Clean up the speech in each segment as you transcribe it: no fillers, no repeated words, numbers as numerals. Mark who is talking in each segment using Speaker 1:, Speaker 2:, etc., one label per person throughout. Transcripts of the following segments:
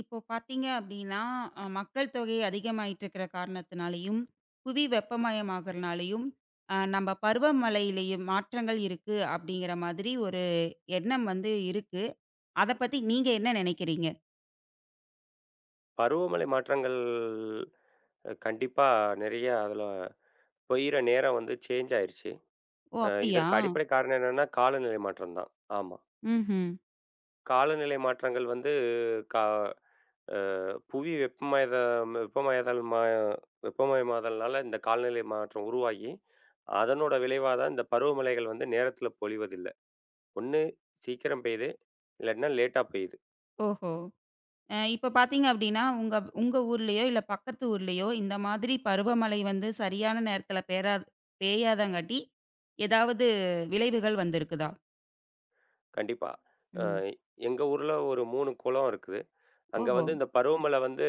Speaker 1: இப்போ பார்த்தீங்க அப்படின்னா, மக்கள் தொகை அதிகமாயிட்டு இருக்கிற காரணத்தினாலயும், புவி வெப்பமயமாகறனாலயும், நம்ம பருவமழையிலயும் மாற்றங்கள் இருக்கு அப்படிங்கிற மாதிரி ஒரு எண்ணம் வந்து இருக்கு. அத பத்தி நீங்க என்ன நினைக்கிறீங்க?
Speaker 2: பருவமழை மாற்றங்கள், கண்டிப்பா நெறைய அதுல பெய்யிற நேரம் வந்து சேஞ்ச் ஆயிருச்சு.
Speaker 1: ஓ! அப்படியா?
Speaker 2: இதற்கு அடிப்படை காரணம் என்னன்னா, காலநிலை மாற்றம் தான். ஆமா.
Speaker 1: ம்ஹ்ம்.
Speaker 2: காலநிலை மாற்றங்கள் வந்து கா அ புவி வெப்பமயத வெப்பமயதல் மா வெப்பமயமாதல்னால இந்த காலநிலை மாற்றம் உருவாகி, அதனோட விளைவா தான் இந்த பருவமழைகள் வந்து நேரத்தில பொழிவதில்ல. ஒண்ணு சீக்கிரம் பெய்யுது, இல்லாட்டினா லேட்டா பெய்யுது.
Speaker 1: ஓஹோ! இப்ப பார்த்தீங்க அப்படின்னா, உங்க உங்க ஊர்லயோ, இல்ல பக்கத்து ஊர்லயோ இந்த மாதிரி பருவமழை வந்து சரியான நேரத்தில பேயாதங்காட்டி, ஏதாவது விளைவுகள் வந்திருக்குதா?
Speaker 2: கண்டிப்பா. அ
Speaker 1: ம்.
Speaker 2: எங்க ஊர்ல ஒரு 3 குளம் இருக்குது. அங்க
Speaker 1: ஓஹோ!
Speaker 2: வந்து இந்த பருவமழை வந்து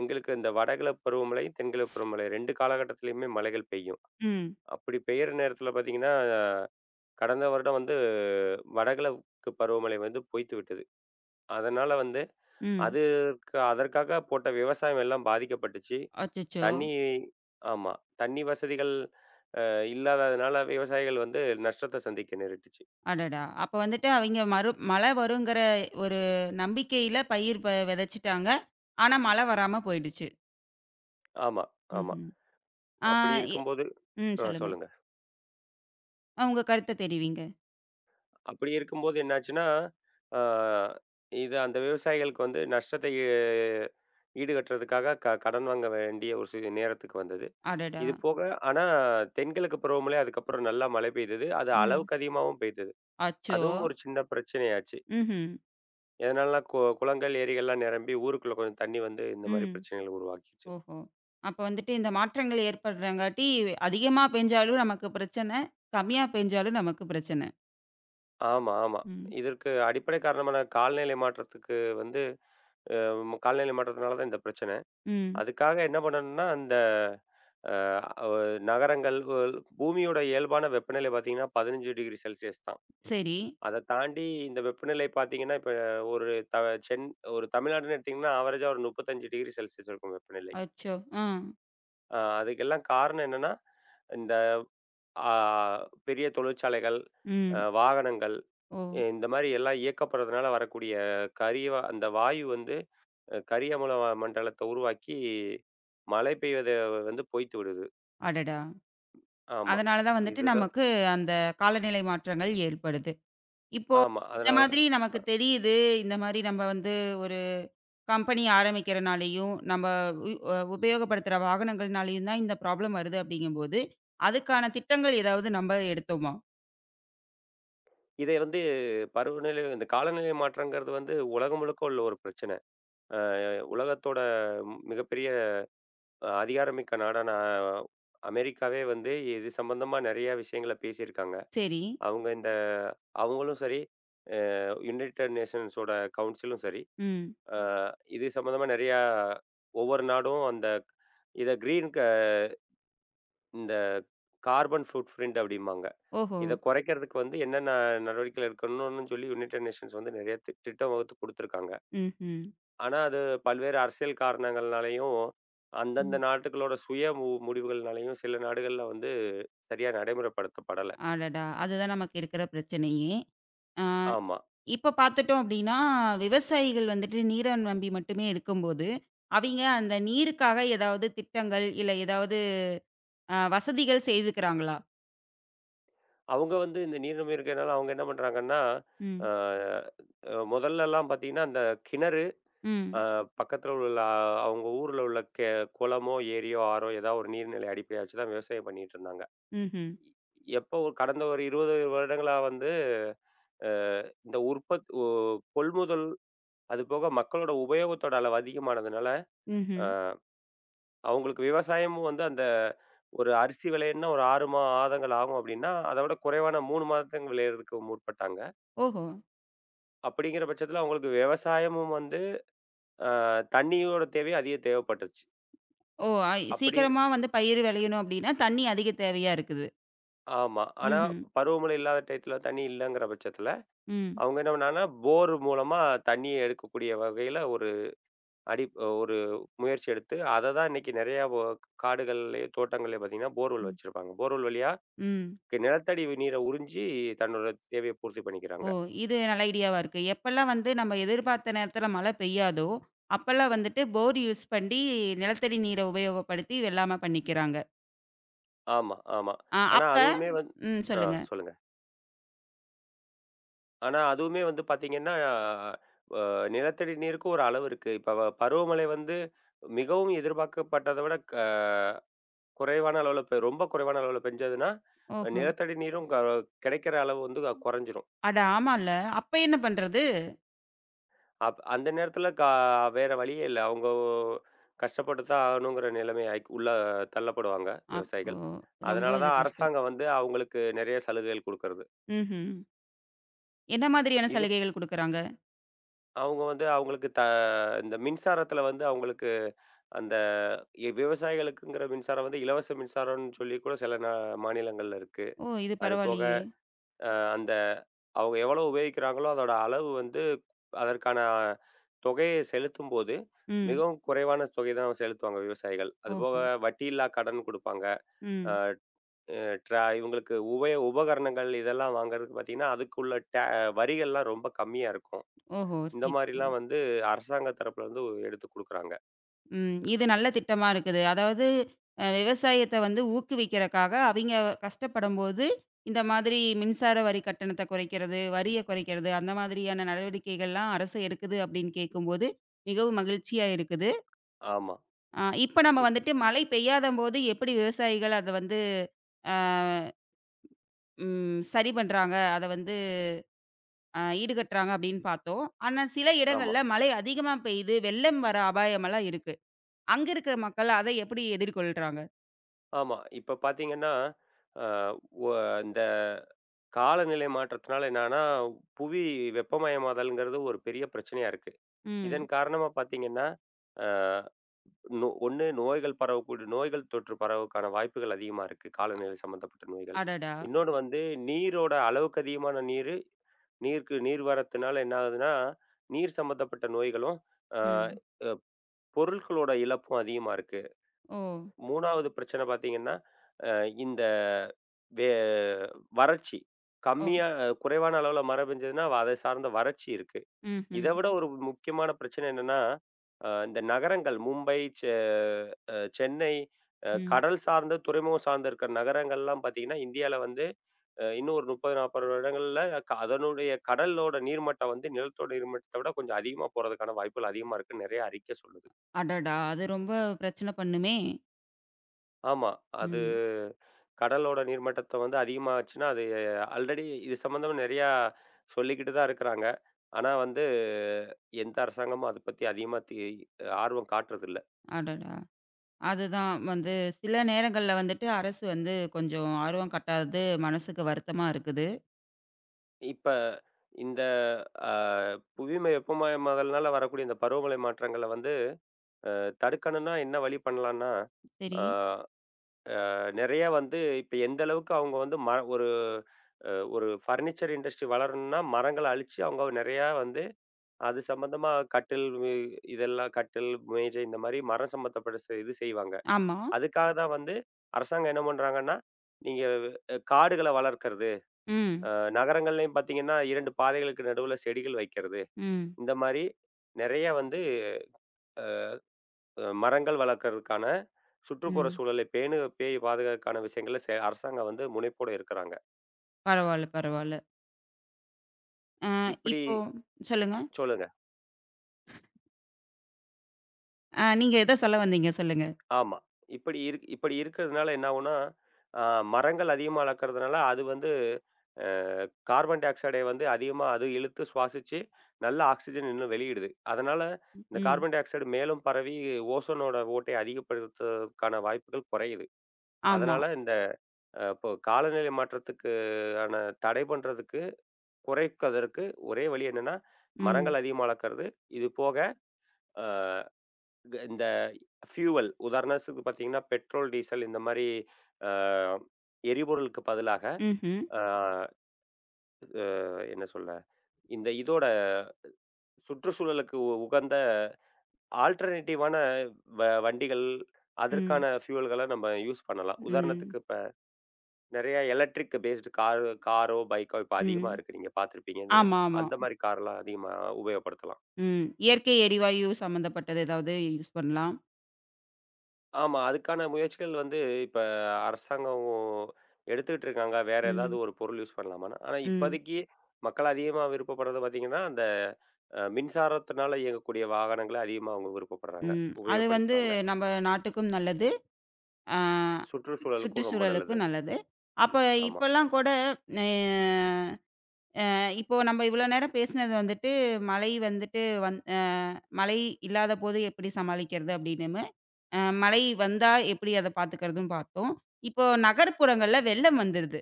Speaker 2: எங்களுக்கு இந்த வடகிழ பருவமழை, தென்கிழ பருவமழை 2 காலகட்டத்திலயுமே மழைகள் பெய்யும்.
Speaker 1: ம்.
Speaker 2: அப்படி பெய்யிற நேரத்தில பார்த்தீங்கன்னா, கடந்த வருடம் வந்து வடகிழக்கு பருவமழை வந்து பொய்த்து விட்டது. அதனால வந்து
Speaker 1: ம்.
Speaker 2: அதற்காக போட்ட விவசாயம் எல்லாம் பாதிக்கப்பட்டுச்சு.
Speaker 1: அச்சச்சோ!
Speaker 2: தண்ணி ஆமா. தண்ணி வசதிகள் இல்லாததுனால விவசாயிகள் வந்து நஷ்டத்த சந்திக்க நேரிட்டுச்சு.
Speaker 1: அடடா! அப்ப வந்துட்டு அவைங்க மறு மழை வருங்கிற ஒரு நம்பிக்கையில பயிர் விதைச்சுட்டாங்க. ஆனா மழை வராம போயிடுச்சு.
Speaker 2: ஆமா, ஆமா.
Speaker 1: ம்ஹ்ம். ஆ
Speaker 2: அப்படி
Speaker 1: எ
Speaker 2: இருக்கும்போது
Speaker 1: ம்
Speaker 2: ஆ
Speaker 1: சொல்லுங்க.
Speaker 2: சொல்லுங்க.
Speaker 1: உங்க கருத்த தெரிவிங்க.
Speaker 2: அப்படி இருக்கும்போது என்னாச்சுன்னா, ஆ இது அந்த விவசாயிகளுக்கு வந்து நஷ்டத்தை ஈடுகட்டுறதுக்காக கடன் வாங்க வேண்டிய ஒரு நேரத்துக்கு வந்தது.
Speaker 1: அடடா!
Speaker 2: இது போக ஆனா தென்கிழக்கு பருவமழை அதுக்கப்புறம் நல்லா மழை பெய்தது. அது
Speaker 1: ம்.
Speaker 2: அளவுக்கு அதிகமாவும் பெய்தது.
Speaker 1: அச்சோ!
Speaker 2: அதுவும் ஒரு சின்ன பிரச்சனையாச்சு.
Speaker 1: ம்ஹ்ம்.
Speaker 2: எதனாலன்னா குளங்கள், ஏரிகள்லாம் நிரம்பி ஊருக்குள்ள கொஞ்சம் தண்ணி வந்து இந்த மாரி
Speaker 1: ம்.
Speaker 2: பிரச்சனைகள உருவாக்கிச்சு.
Speaker 1: ஓஹோ! அப்ப வந்துட்டு இந்த மாற்றங்கள் ஏற்படுறங்காட்டி அதிகமா பெஞ்சாலும் நமக்கு பிரச்சனை, கம்மியா பெஞ்சாலும் நமக்கு பிரச்சனை.
Speaker 2: ஆமா, ஆமா.
Speaker 1: ம்.
Speaker 2: இதற்கு அடிப்படை காரணமான காலநிலை மாற்றத்துக்கு வந்து காலநிலை மாற்றத்தினால தான் இந்த பிரச்சனை.
Speaker 1: ம்.
Speaker 2: அதுக்காக என்ன பண்ணணும்னா, அந்த அ அ நகரங்கள் ஒல் பூமியோட இயல்பான வெப்பநிலை பார்த்தீங்கன்னா, 15 டிகிரி செல்சியஸ் தான்.
Speaker 1: சரி.
Speaker 2: அத தாண்டி இந்த வெப்பநிலை பார்த்தீங்கன்னா, இப்ப ஒரு த சென் ஒரு தமிழ்நாடுன்னு எடுத்தீங்கன்னா, ஆவரேஜா ஒரு 35 டிகிரி செல்சியஸ் இருக்கும் வெப்பநிலை.
Speaker 1: அச்சோ! ஆ.
Speaker 2: அதுக்கெல்லாம் காரணம் என்னன்னா, இந்த ஆ பெரிய தொழிற்சாலைகள்,
Speaker 1: ம்.
Speaker 2: வாகனங்கள்,
Speaker 1: ஓ!
Speaker 2: இந்த மாரி எல்லாம் இயக்கப்படுறதுனால வரக்கூடிய கரிய வா- அந்த வாயு வந்து கரிய அமில மண்டலத்த உருவாக்கி, மழை பெய்வத வந்து பொய்த்து விடுது.
Speaker 1: அடடா!
Speaker 2: ஆமா.
Speaker 1: அதனால தான் வந்துட்டு
Speaker 2: இதுதான்
Speaker 1: நமக்கு அந்த காலநிலை மாற்றங்கள் ஏற்படுது. இப்போ
Speaker 2: ஆமா.
Speaker 1: இந்த
Speaker 2: அதனால
Speaker 1: மாதிரி நமக்கு தெரியுது. இந்த மாரி நம்ம வந்து ஒரு கம்பெனி ஆரம்பிக்கிறனாலயும், நம்ம உ அ உபயோகப்படுத்துற வாகனங்கள்னாலயும் தான் இந்த ப்ராப்ளம் வருது அப்படிங்கும்போது, அதுக்கான திட்டங்கள் ஏதாவது நம்ம எடுத்தோமா?
Speaker 2: இதை வந்து பருவநிலை இந்த காலநிலை மாற்றங்கிறது வந்து உலகம் முழுக்க உள்ள ஒரு பிரச்சனை. அ உலகத்தோட மிகப்பெரிய, அதிகாரமிக்க நாடான, அஹ், அமெரிக்காவே வந்து இது சம்பந்தமா நெறைய விஷயங்கள பேசியிருக்காங்க.
Speaker 1: சரி.
Speaker 2: அவங்க இந்த அவங்களும் சரி, யுனைட்டட் நேஷன்ஸோட கவுன்சிலும் சரி,
Speaker 1: ம்.
Speaker 2: அ இது சம்பந்தமா நெறையா ஒவ்வொரு நாடும் அந்த இத கிரீன் க இந்த கார்பன் ஃபுட் பிரிண்ட் அப்படிம்பாங்க.
Speaker 1: ஓஹோ!
Speaker 2: இத குறைக்கிறதுக்கு வந்து என்னென்ன நடவடிக்கைகள் எடுக்கணும்னு சொல்லி யுனைட்டட் நேஷன்ஸ் வந்து நெறைய திட்டம் வகுத்து குடுத்துருக்காங்க.
Speaker 1: ம்ஹ்ம்.
Speaker 2: ஆனா, அது பல்வேறு அரசியல் காரணங்கள்னாலயும், அந்தந்த
Speaker 1: ம்.
Speaker 2: நாட்டுகளோட சுய முடிவுகள்னாலயும் சில நாடுகள்ல வந்து சரியா நடைமுறைப்படுத்தப்படல.
Speaker 1: அடடா! அதுதான் நமக்கு இருக்கிற பிரச்சனையே. ஆ
Speaker 2: ஆமா.
Speaker 1: இப்ப பார்த்துட்டோம் அப்படின்னா, விவசாயிகள் வந்துட்டு நீர நம்பி மட்டுமே இருக்கும்போது, அவிங்க அந்த நீருக்காக ஏதாவது திட்டங்கள், இல்ல ஏதாவது வசதிகள் செய்துக்கிறாங்களா?
Speaker 2: அவங்க வந்து இந்த நீரிழிவு நோய் இருக்கனால அவங்க என்ன பண்றாங்கன்னா, அ
Speaker 1: ம்.
Speaker 2: அ முதல்லலாம் பார்த்தீங்கன்னா, அந்த கிணறு, அ
Speaker 1: ம்.
Speaker 2: பக்கத்துல உள்ள, அவங்க ஊர்ல உள்ள குளமோ, ஏரியோ, ஆறோ ஏதாவது ஒரு நீர்நிலை அடிப்படையா வச்சு தான் விவசாயம் பண்ணிட்டுருந்தாங்க.
Speaker 1: ம்ஹ்ம்.
Speaker 2: எப்போ ஒரு கடந்த ஒரு 20 வருடங்களா வந்து அ இந்த உற்பத் ஒ கொள்முதல், அதுபோக மக்களோட உபயோகத்தோட அளவு அதிகமானதுனால
Speaker 1: ம்ஹ்ம்.
Speaker 2: அ அவங்களுக்கு விவசாயமும் வந்து அந்த ஒரு அரிசி விளையணும்னா ஒரு 6 மாதங்கள் ஆகும் அப்படின்னா, அத விட குறைவான 3 மாதத்துக்கு விளையறதுக்கு முற்பட்டாங்க.
Speaker 1: ஓஹோ!
Speaker 2: அப்படிங்கிற பட்சத்தில அவங்களுக்கு விவசாயமும் வந்து அ தண்ணியோட தேவை அதிக தேவைப்பட்டுச்சு.
Speaker 1: ஓ!
Speaker 2: அப்படி
Speaker 1: சீக்கிரமா வந்து பயிர் விளையணும் அப்படின்னா, தண்ணி அதிக தேவையா இருக்குது.
Speaker 2: ஆமா. ஆனா
Speaker 1: ம்ஹ்ம்.
Speaker 2: பருவமழை இல்லாத டயத்தில தண்ணி இல்லங்கிற பட்சத்தில,
Speaker 1: ம்.
Speaker 2: அவங்க என்ன பண்ணாங்கன்னா, போர் மூலமா தண்ணிய எடுக்கக்கூடிய வகையில அடி ஒரு முயற்சி எடுத்து, அத தான் இன்னைக்கு நெறையா காடுகள்லயே, தோட்டங்கள்லயே பார்த்தீங்கன்னா, போர்வெல்
Speaker 1: ம்.
Speaker 2: வச்சிருப்பாங்க. போர்வெல் வழியா
Speaker 1: ம்.
Speaker 2: நிலத்தடி நீர உறிஞ்சி தன்னோட தேவைய பூர்த்தி
Speaker 1: ஓ!
Speaker 2: பண்ணிக்கிறாங்க.
Speaker 1: இது நல்ல ஐடியாவா இருக்கு. எப்பல்லாம் வந்து நம்ம எதிர்பார்த்த நேரத்தில மழை பெய்யாதோ, அப்பல்லாம் வந்துட்டு போர் யூஸ் பண்ணி நிலத்தடி நீரை உபயோகப்படுத்தி வெள்ளாமை பண்ணிக்கிறாங்க.
Speaker 2: ஆமா, ஆமா.
Speaker 1: ஆ
Speaker 2: ஆனா
Speaker 1: அப்ப
Speaker 2: அதுவுமே வந்து
Speaker 1: ம்
Speaker 2: ஆ
Speaker 1: சொல்லுங்க.
Speaker 2: சொல்லுங்க. ஆனா அதுவுமே வந்து பார்த்தீங்கன்னா, நிலத்தடி நீருக்கு ஒரு அளவு இருக்கு. இப்ப பருவமழை வந்து மிகவும் எதிர்பார்க்கப்பட்டத விட க குறைவான அளவுல பெ ரொம்ப குறைவான அளவுல பெஞ்சதுன்னா,
Speaker 1: ஓஹோ!
Speaker 2: நிலத்தடி நீரும் கிடைக்கிற அளவு வந்து, குறைஞ்சிரும்.
Speaker 1: அட ஆமால்ல. அப்ப என்ன பண்றது?
Speaker 2: அந்த நேரத்துல வேற வழியே இல்ல. அவங்க கஷ்டப்பட்டு தான் ஆகணுங்கிற நிலைமை ஆய் உள்ள தள்ளப்படுவாங்க
Speaker 1: அப்போ
Speaker 2: விவசாயிகள். அதனால
Speaker 1: ரொம்ப இது
Speaker 2: தான்
Speaker 1: கஷ்டம்.
Speaker 2: அரசாங்கம் வந்து அவங்களுக்கு நெறைய சலுகைகள் குடுக்கறது.
Speaker 1: ம்ஹ்ம். என்ன மாதிரியான
Speaker 2: இது
Speaker 1: சலுகைகள் குடுக்குறாங்க?
Speaker 2: அவங்க வந்து அவங்களுக்கு இந்த மின்சாரத்துல வந்து அவங்களுக்கு அந்த விவசாயிகளுக்குங்கிற மின்சாரம் வந்து இலவச மின்சாரம்னு சொல்லி கூட சில மாநிலங்கள்ல இருக்கு.
Speaker 1: ஓ! இது
Speaker 2: அது போக
Speaker 1: பரவாயில்லையே!
Speaker 2: அந்த அவங்க எவ்வளவு உபயோகிக்கிறாங்களோ, அதோட அளவு வந்து அதற்கான தொகையை செலுத்தும்போது,
Speaker 1: ம்.
Speaker 2: மிகவும் குறைவான தொகை தான் செலுத்துவாங்க விவசாயிகள். அதுபோக
Speaker 1: ஓஹோ!
Speaker 2: வட்டியில்லா கடன் குடுப்பாங்க. அ
Speaker 1: ம்.
Speaker 2: அ ட்ரா இவங்களுக்கு உபகரணங்கள் இதெல்லாம் வாங்குறதுக்கு பார்த்தீங்கன்னா, அதுக்குள்ள டே வரிகள்லாம் ரொம்ப கம்மியா இருக்கும்.
Speaker 1: ஓஹோ!
Speaker 2: இந்த
Speaker 1: சரி, சரி.
Speaker 2: மாரிலாம் வந்து அரசாங்க தரப்புல இருந்து எடுத்து குடுக்குறாங்க.
Speaker 1: ம். இது நல்ல திட்டமா இருக்குது. அதாவது விவசாயத்த வந்து ஊக்குவிக்கிறக்காக, அவிங்க கஷ்டப்படும்போது, இந்த மாதிரி மின்சார வரி கட்டணத்த குறைக்கிறது, வரிய குறைக்கிறது, அந்த மாதிரியான நடவடிக்கைகள்லாம் அரசு எடுக்குது அப்படின்னு கேட்கும்போது, மிகவும் மகிழ்ச்சியா இருக்குது.
Speaker 2: ஆமா.
Speaker 1: இப்ப நம்ம
Speaker 2: இப்
Speaker 1: வந்துட்டு மழை பெய்யாதம்போது எப்படி விவசாயிகள் அத வந்து ஆ ம் சரி பண்றாங்க, அத வந்து ஈடுகட்டுறாங்க அப்படின்னு பார்த்தோம். ஆனா சில
Speaker 2: ஆமா,
Speaker 1: இடங்கள்ல மழை அதிகமா பெய்யுது, வெள்ளம் வர அபாயமெல்லாம் இருக்கு. அங்க இருக்கிற மக்கள் அத எப்படி எதிர்கொள்றாங்க?
Speaker 2: ஆமா. இப்ப பார்த்தீங்கன்னா, அ ஒ இந்த காலநிலை மாற்றத்தினால என்னன்னா, புவி வெப்பமயமாதல்ங்கிறது ஒரு பெரிய பிரச்சனையா இருக்கு. இதன்
Speaker 1: ம்.
Speaker 2: காரணமா பார்த்தீங்கன்னா, அ நோ ஒண்ணு நோய்கள், பரவக்கூடிய நோய்கள், தொற்று பரவக்கான வாய்ப்புகள் அதிகமா இருக்கு, காலநிலை சம்மந்தப்பட்ட நோய்கள்.
Speaker 1: அடடா!
Speaker 2: இன்னொன்னு வந்து நீரோட அளவுக்கு அதிகமான நீரு, நீருக்கு நீர் வரத்துனால என்ன ஆகுதுன்னா, நீர் சம்மந்தப்பட்ட நோய்களும், அ
Speaker 1: ம்.
Speaker 2: பொருட்களோட இழப்பும் அதிகமா இருக்கு.
Speaker 1: ஓ!
Speaker 2: 3வது பிரச்சனை பார்த்தீங்கன்னா, அ இந்த வே வறட்சி.
Speaker 1: ஓ!
Speaker 2: கம்மியா, குறைவான அளவுல மழை பெஞ்சதுன்னா, அதை சார்ந்த வறட்சி இருக்கு.
Speaker 1: ம்,
Speaker 2: இத
Speaker 1: ம்,
Speaker 2: விட ஒரு முக்கியமான பிரச்சனை என்னன்னா, இந்த நகரங்கள் மும்பை, செ அ சென்னை,
Speaker 1: ம்.
Speaker 2: கடல் சார்ந்த, துறைமுகம் சார்ந்து இருக்கிற நகரங்கள்லாம் பார்த்தீங்கன்னா, இந்தியால வந்து இன்னும் ஒரு 30, 40 வருடங்கள்ல அதனுடைய கடலோட நீர்மட்டம் வந்து நிலத்தோட நீர்மட்டத்த விட கொஞ்சம் அதிகமா போறதுக்கான வாய்ப்புகள் அதிகமா இருக்குன்னு நெறைய அறிக்கை சொல்லுது.
Speaker 1: அடடா! அது ரொம்ப பிரச்சனை பண்ணுமே!
Speaker 2: ஆமா. அது
Speaker 1: ம்.
Speaker 2: கடலோட நீர்மட்டத்த வந்து அதிகமாச்சுன்னா, அது ஆல்ரெடி இது சம்மந்தமா நெறையா சொல்லிக்கிட்டு தான் இருக்கிறாங்க. ஆனா வந்து எந்த அரசாங்கமும் அத பத்தி அதிகமா ஆர்வம் காட்டுறதில்ல.
Speaker 1: அடடா! அதுதான் வந்து சில நேரங்கள்ல வந்துட்டு அரசு வந்து கொஞ்சம் ஆர்வம் காட்டாதது மனசுக்கு வருத்தமா இருக்குது.
Speaker 2: இப்ப இந்த அ புவிமை வெப்பமயமாதல்னால வரக்கூடிய இந்த பருவமழை மாற்றங்கள வந்து தடுக்கணும்னா என்ன வழி பண்ணலான்னா, ஆ
Speaker 1: சரி.
Speaker 2: நெறையா வந்து இப்ப எந்த அளவுக்கு அவங்க வந்து மர ஒரு அ ஒரு ஃபர்னிச்சர் இண்டஸ்ட்ரி வளரணும்னா மரங்கள அழிச்சு அவங்க நெறையா வந்து அது சம்மந்தமா கட்டில் வி இதெல்லாம் கட்டில், மேஜை இந்த மாரி மரம் சம்மந்தப்பட்ட இது செய்வாங்க.
Speaker 1: ஆமா.
Speaker 2: அதுக்காக தான் வந்து அரசாங்கம் என்ன பண்றாங்கன்னா, நீங்க காடுகள வளர்க்கறது,
Speaker 1: ம்.
Speaker 2: அ நகரங்கள்லயும் பார்த்தீங்கன்னா 2 பாதைகளுக்கு நடுவுல செடிகள் வைக்கிறது,
Speaker 1: ம்.
Speaker 2: இந்த மாரி நெறைய வந்து மரங்கள் வளர்க்கறதுக்கான சுற்றுப்புற
Speaker 1: ம்.
Speaker 2: சூழலை பேணி பாதுகாக்கான விஷயங்கள அரசாங்கம் வந்து முனைப்போட இருக்கிறாங்க.
Speaker 1: பரவால்ல, பரவால்ல.
Speaker 2: இப்டி
Speaker 1: இப்போ சொல்லுங்க.
Speaker 2: சொல்லுங்க.
Speaker 1: நீங்க எத சொல்ல வந்தீங்க சொல்லுங்க.
Speaker 2: ஆமா. இப்படி இருக்கிறதுனால என்ன ஆகும்னா, அ மரங்கள் அதிகமா வளர்க்கறதுனால அது வந்து, அ கார்பன் டை ஆக்சைடை வந்து அதிகமா அது இழுத்து சுவாசிச்சு, நல்ல ஆக்ஸிஜன் இன்னும் வெளியிடுது. அதனால இந்த
Speaker 1: ம்.
Speaker 2: கார்பன் டை ஆக்சைடு மேலும் பரவி ஓசோனோட ஓட்டை அதிகப்படுத்துறதுக்கான வாய்ப்புகள் குறையுது.
Speaker 1: ஆமா.
Speaker 2: அதனால இந்த இப்போ காலநிலை மாற்றத்துக்கு ஆன தடை பண்றதுக்கு, குறைப்பதற்கு ஒரே வழி என்னன்னா,
Speaker 1: ம்.
Speaker 2: மரங்கள் அதிகமா வளர்க்கறது. இது போக, அ க இந்த ஃபியூவல் உதாரணத்துக்கு பார்த்தீங்கன்னா, பெட்ரோல், டீசல் இந்த மாரி, அ எரிபொருளுக்கு பதிலாக
Speaker 1: ம்ஹ்ம்.
Speaker 2: அ என்ன சொல்ல? இந்த இதோட சுற்றுச்சூழலுக்கு உகந்த ஆல்டர்னேட்டிவான வண்டிகள்,
Speaker 1: ம்.
Speaker 2: அதற்கான ஃபியூவல்கள நம்ம யூஸ் பண்ணலாம்.
Speaker 1: ம்.
Speaker 2: உதாரணத்துக்கு இப்ப நெறைய எலக்ட்ரிக் பேஸ்டு காரோ, பைக்கோ இப்ப
Speaker 1: ம்.
Speaker 2: அதிகமா இருக்கு, நீங்க பார்த்துருப்பீங்கன்னு.
Speaker 1: ஆமா, ஆமா.
Speaker 2: அந்த மாரி கார்லாம் அதிகமா உபயோகப்படுத்தலாம்.
Speaker 1: ம். இயற்கை எரிவாயு சம்மந்தப்பட்டது ஏதாவது யூஸ் பண்ணலாம்.
Speaker 2: ஆமா. அதுக்கான முயற்சிகள் வந்து இப்ப அரசாங்கம் எடுத்துக்கிட்டு இருக்காங்க, வேற ஏதாவது
Speaker 1: ம்.
Speaker 2: ஒரு பொருள் யூஸ் பண்ணலாமான்னு. ஆனா
Speaker 1: ம்.
Speaker 2: இப்போதைக்கு மக்கள் அதிகமா விருப்பப்படுறது பார்த்தீங்கன்னா, அந்த மின்சாரத்தினால இயங்கக்கூடிய வாகனங்கள அதிகமா அவங்க விருப்பப்படுறாங்க,
Speaker 1: ம். அது வந்து
Speaker 2: உபயோகப்படுத்துறாங்க.
Speaker 1: நம்ம நாட்டுக்கும் நல்லது. அ
Speaker 2: சுற்றுச்சூழலுக்கும் ரொம்ப நல்லது
Speaker 1: சுற்றுச்சூழலுக்கும்
Speaker 2: அது.
Speaker 1: நல்லது. அப்ப
Speaker 2: ஆமா,
Speaker 1: இப்பலாம் கூட அ அ இப்போ நம்ம இவ்வளோ நேரம் பேசினது வந்துட்டு, மழை வந்துட்டு வந் அ மழை இல்லாதபோது எப்படி சமாளிக்கிறது அப்படின்னு, மழை வந்தா எப்படி அத பார்த்துக்கிறதுன்னு பார்த்தோம். இப்போ நகர்ப்புறங்கள்ல வெள்ளம் வந்துருது.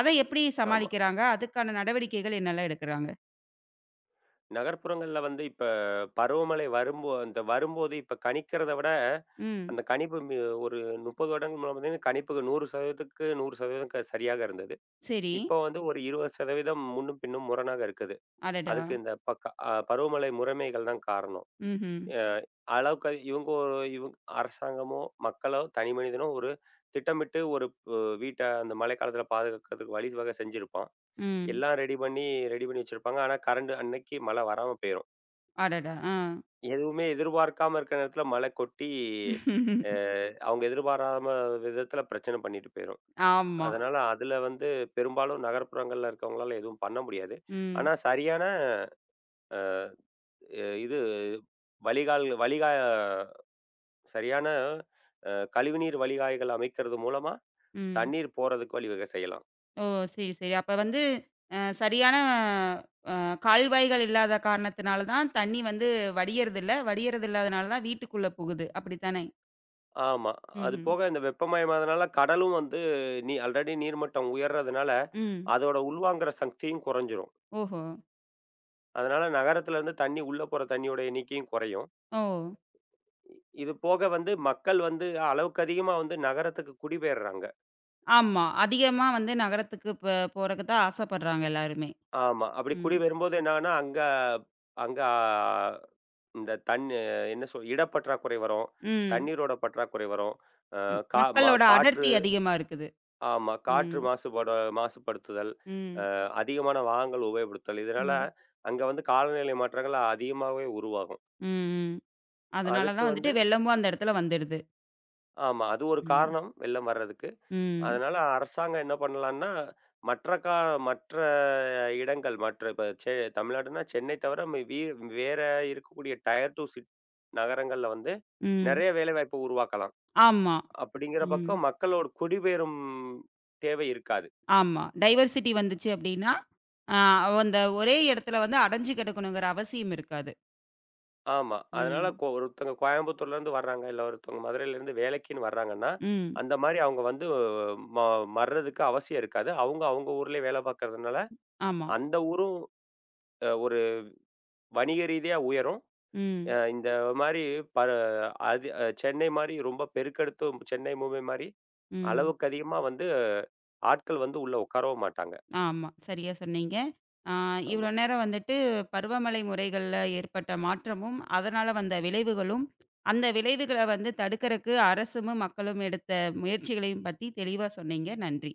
Speaker 1: அத எப்படி
Speaker 2: ஆமா.
Speaker 1: சமாளிக்கிறாங்க? அதுக்கான நடவடிக்கைகள் என்னெல்லாம் எடுக்குறாங்க?
Speaker 2: நகர்ப்புறங்கள்ல வந்து இப்ப பருவமழை வரும்போது இப்ப கணிக்கிறத விட,
Speaker 1: ம்.
Speaker 2: அந்த கணிப்பு மி ஒரு 30 வருடங்கள் முன்ன பார்த்தீங்கன்னா, கணிப்புக்கு 100% சரியாக இருந்தது.
Speaker 1: சரி.
Speaker 2: இப்போ வந்து ஒரு 20% முன்னும் பின்னும் முரணாக இருக்குது.
Speaker 1: அடடா!
Speaker 2: அதுக்கு இந்த பக்க அ பருவமழை முறைமைகள் தான் காரணம்.
Speaker 1: ம்ஹ்ம். ம்.
Speaker 2: அ அளவுக்கு அதி இவங்க ஒரு இவங் அரசாங்கமோ, மக்களோ, தனி மனிதனோ ஒரு திட்டமிட்டு ஒரு ப வீட்ட அந்த மழைக்காலத்தில பாதுகாக்கிறதுக்கு வழிவகை செஞ்சிருப்பான்,
Speaker 1: ம்
Speaker 2: எல்லாம் ரெடி பண்ணி வச்சிருப்பாங்க. ஆனா கரண்ட் அன்னைக்கு மழை வராம போயிரும்.
Speaker 1: அடடா! ஆ.
Speaker 2: எதுவுமே எதிர்பார்க்காம இருக்கிற நேரத்தில மழை கொட்டி, அ அவங்க எதிர்பாராம விதத்தில பிரச்சனை பண்ணிட்டு போயிரும்.
Speaker 1: ஆமா.
Speaker 2: அதனால அதுல வந்து பெரும்பாலும் நகர்ப்புறங்கள்ல இருக்கவங்களால எதுவும் பண்ண முடியாது.
Speaker 1: ம்.
Speaker 2: ஆனா சரியான, அ இது வழிகால் வழிகா சரியான கழிவுநீர் வழிகாய்கள் அமைக்கிறது மூலமா
Speaker 1: ம்.
Speaker 2: தண்ணீர் போறதுக்கு வழிவகை செய்யலாம்.
Speaker 1: ஓ! சரி, சரி. அப்ப வந்து அ சரியான அ கால்வாய்கள் இல்லாத காரணத்தினால தான் தண்ணி வந்து வடியறதில்ல. வடியறது இல்லாதனால தான் வீட்டுக்குள்ள புகுது. அப்படித்தானே?
Speaker 2: ஆமா. அது
Speaker 1: ம்ஹ்ம்.
Speaker 2: போக இந்த வெப்பமயமாதனால கடலும் வந்து ஆல்ரெடி நீர்மட்டம் உயர்றதுனால,
Speaker 1: ம்.
Speaker 2: அதோட உள்வாங்குற சக்தியும் குறைஞ்சிரும்.
Speaker 1: ஓஹோ!
Speaker 2: அதனால நகரத்துல இருந்து தண்ணி உள்ள போற தண்ணியோட எண்ணிக்கையும் குறையும்.
Speaker 1: ஓ!
Speaker 2: இது போக வந்து மக்கள் வந்து அளவுக்கு அதிகமா வந்து நகரத்துக்கு குடிபெயர்றாங்க.
Speaker 1: ஆமா. அதிகமா வந்து நகரத்துக்கு போறக்கு தான் ஆசைப்படுறாங்க எல்லாருமே.
Speaker 2: ஆமா. அப்படி
Speaker 1: ம்.
Speaker 2: குடி வரும்போது என்னாகும்னா, அங்க, அங்க இந்த தண்ணி என்ன சொல் இடப்பற்றாக்குறை வரும்,
Speaker 1: ம்.
Speaker 2: தண்ணீரோட பற்றாக்குறை வரும். அ
Speaker 1: ம்.
Speaker 2: கா மா
Speaker 1: மக்களோட
Speaker 2: காற்று,
Speaker 1: அடர்த்தி அதிகமா இருக்குது.
Speaker 2: ஆமா, காற்று
Speaker 1: ம்.
Speaker 2: மாசுபடுத்துதல்,
Speaker 1: ம்.
Speaker 2: அதிகமான வாகனங்கள் உபயோகப்படுத்துதல், இதனால
Speaker 1: ம்.
Speaker 2: அங்க வந்து காலநிலை மாற்றங்கள் அதிகமாவே உருவாகும்.
Speaker 1: ம், ம். அதனால
Speaker 2: அதுக்கு
Speaker 1: தான் வந்துட்டு
Speaker 2: வந்து
Speaker 1: வெள்ளமும் அந்த இடத்துல வந்துடுது.
Speaker 2: ஆமா, அது ஒரு
Speaker 1: ம்.
Speaker 2: காரணம் வெள்ளம் வர்றதுக்கு.
Speaker 1: ம்.
Speaker 2: அதனால அரசாங்கம் என்ன பண்ணலான்னா, மற்ற கா மற்ற இடங்கள், மற்ற இப்ப செ தமிழ்நாடுன்னா சென்னை தவிர மி வீ வேற இருக்கக்கூடிய டயர் 2 நகரங்கள்ல வந்து
Speaker 1: ம்.
Speaker 2: நெறைய வேலைவாய்ப்பு உருவாக்கலாம்.
Speaker 1: ஆமா.
Speaker 2: அப்படிங்கிற
Speaker 1: ம்.
Speaker 2: பக்கம் மக்களோட குடிபெயரும் தேவை இருக்காது.
Speaker 1: ஆமா. டைவர்சிட்டி வந்துச்சு அப்படின்னா, அ அந்த ஒரே இடத்துல வந்து அடைஞ்சு கிடக்கணுங்கிற அவசியம் இருக்காது.
Speaker 2: ஆமா. அதனால
Speaker 1: ம்.
Speaker 2: ஒருத்தங்க கோயம்புத்தூர்லேருந்து வர்றாங்க, இல்ல ஒருத்தவங்க மதுரையிலேருந்து வேலைக்குன்னு வர்றாங்கன்னா,
Speaker 1: ம்.
Speaker 2: அந்த மாரி அவங்க வந்து ம மர்றதுக்கு அவசியம் இருக்காது. அவங்க அவங்க ஊர்லயே வேலை பார்க்கறதுனால,
Speaker 1: ஆமா.
Speaker 2: அந்த ஊரும் ஒரு வணிக ரீதியா உயரும். அ
Speaker 1: ம்.
Speaker 2: இந்த மாரி பர அது, சென்னை மாரி ரொம்ப பெருக்கெடுத்து, சென்னை மும்பை மாரி
Speaker 1: ம்.
Speaker 2: அளவுக்கு அதிகமா வந்து ஆட்கள் வந்து உள்ள உட்காரவும் மாட்டாங்க.
Speaker 1: ஆமா. சரியா சொன்னீங்க. அ
Speaker 2: ஆமா.
Speaker 1: இவ்வளோ நேரம் வந்துட்டு பருவமழை முறைகள்ல ஏற்பட்ட மாற்றமும், அதனால வந்த விளைவுகளும், அந்த விளைவுகள வந்து தடுக்கறக்கு அரசும், மக்களும் எடுத்த முயற்சிகளையும் பத்தி தெளிவா சொன்னீங்க. நன்றி.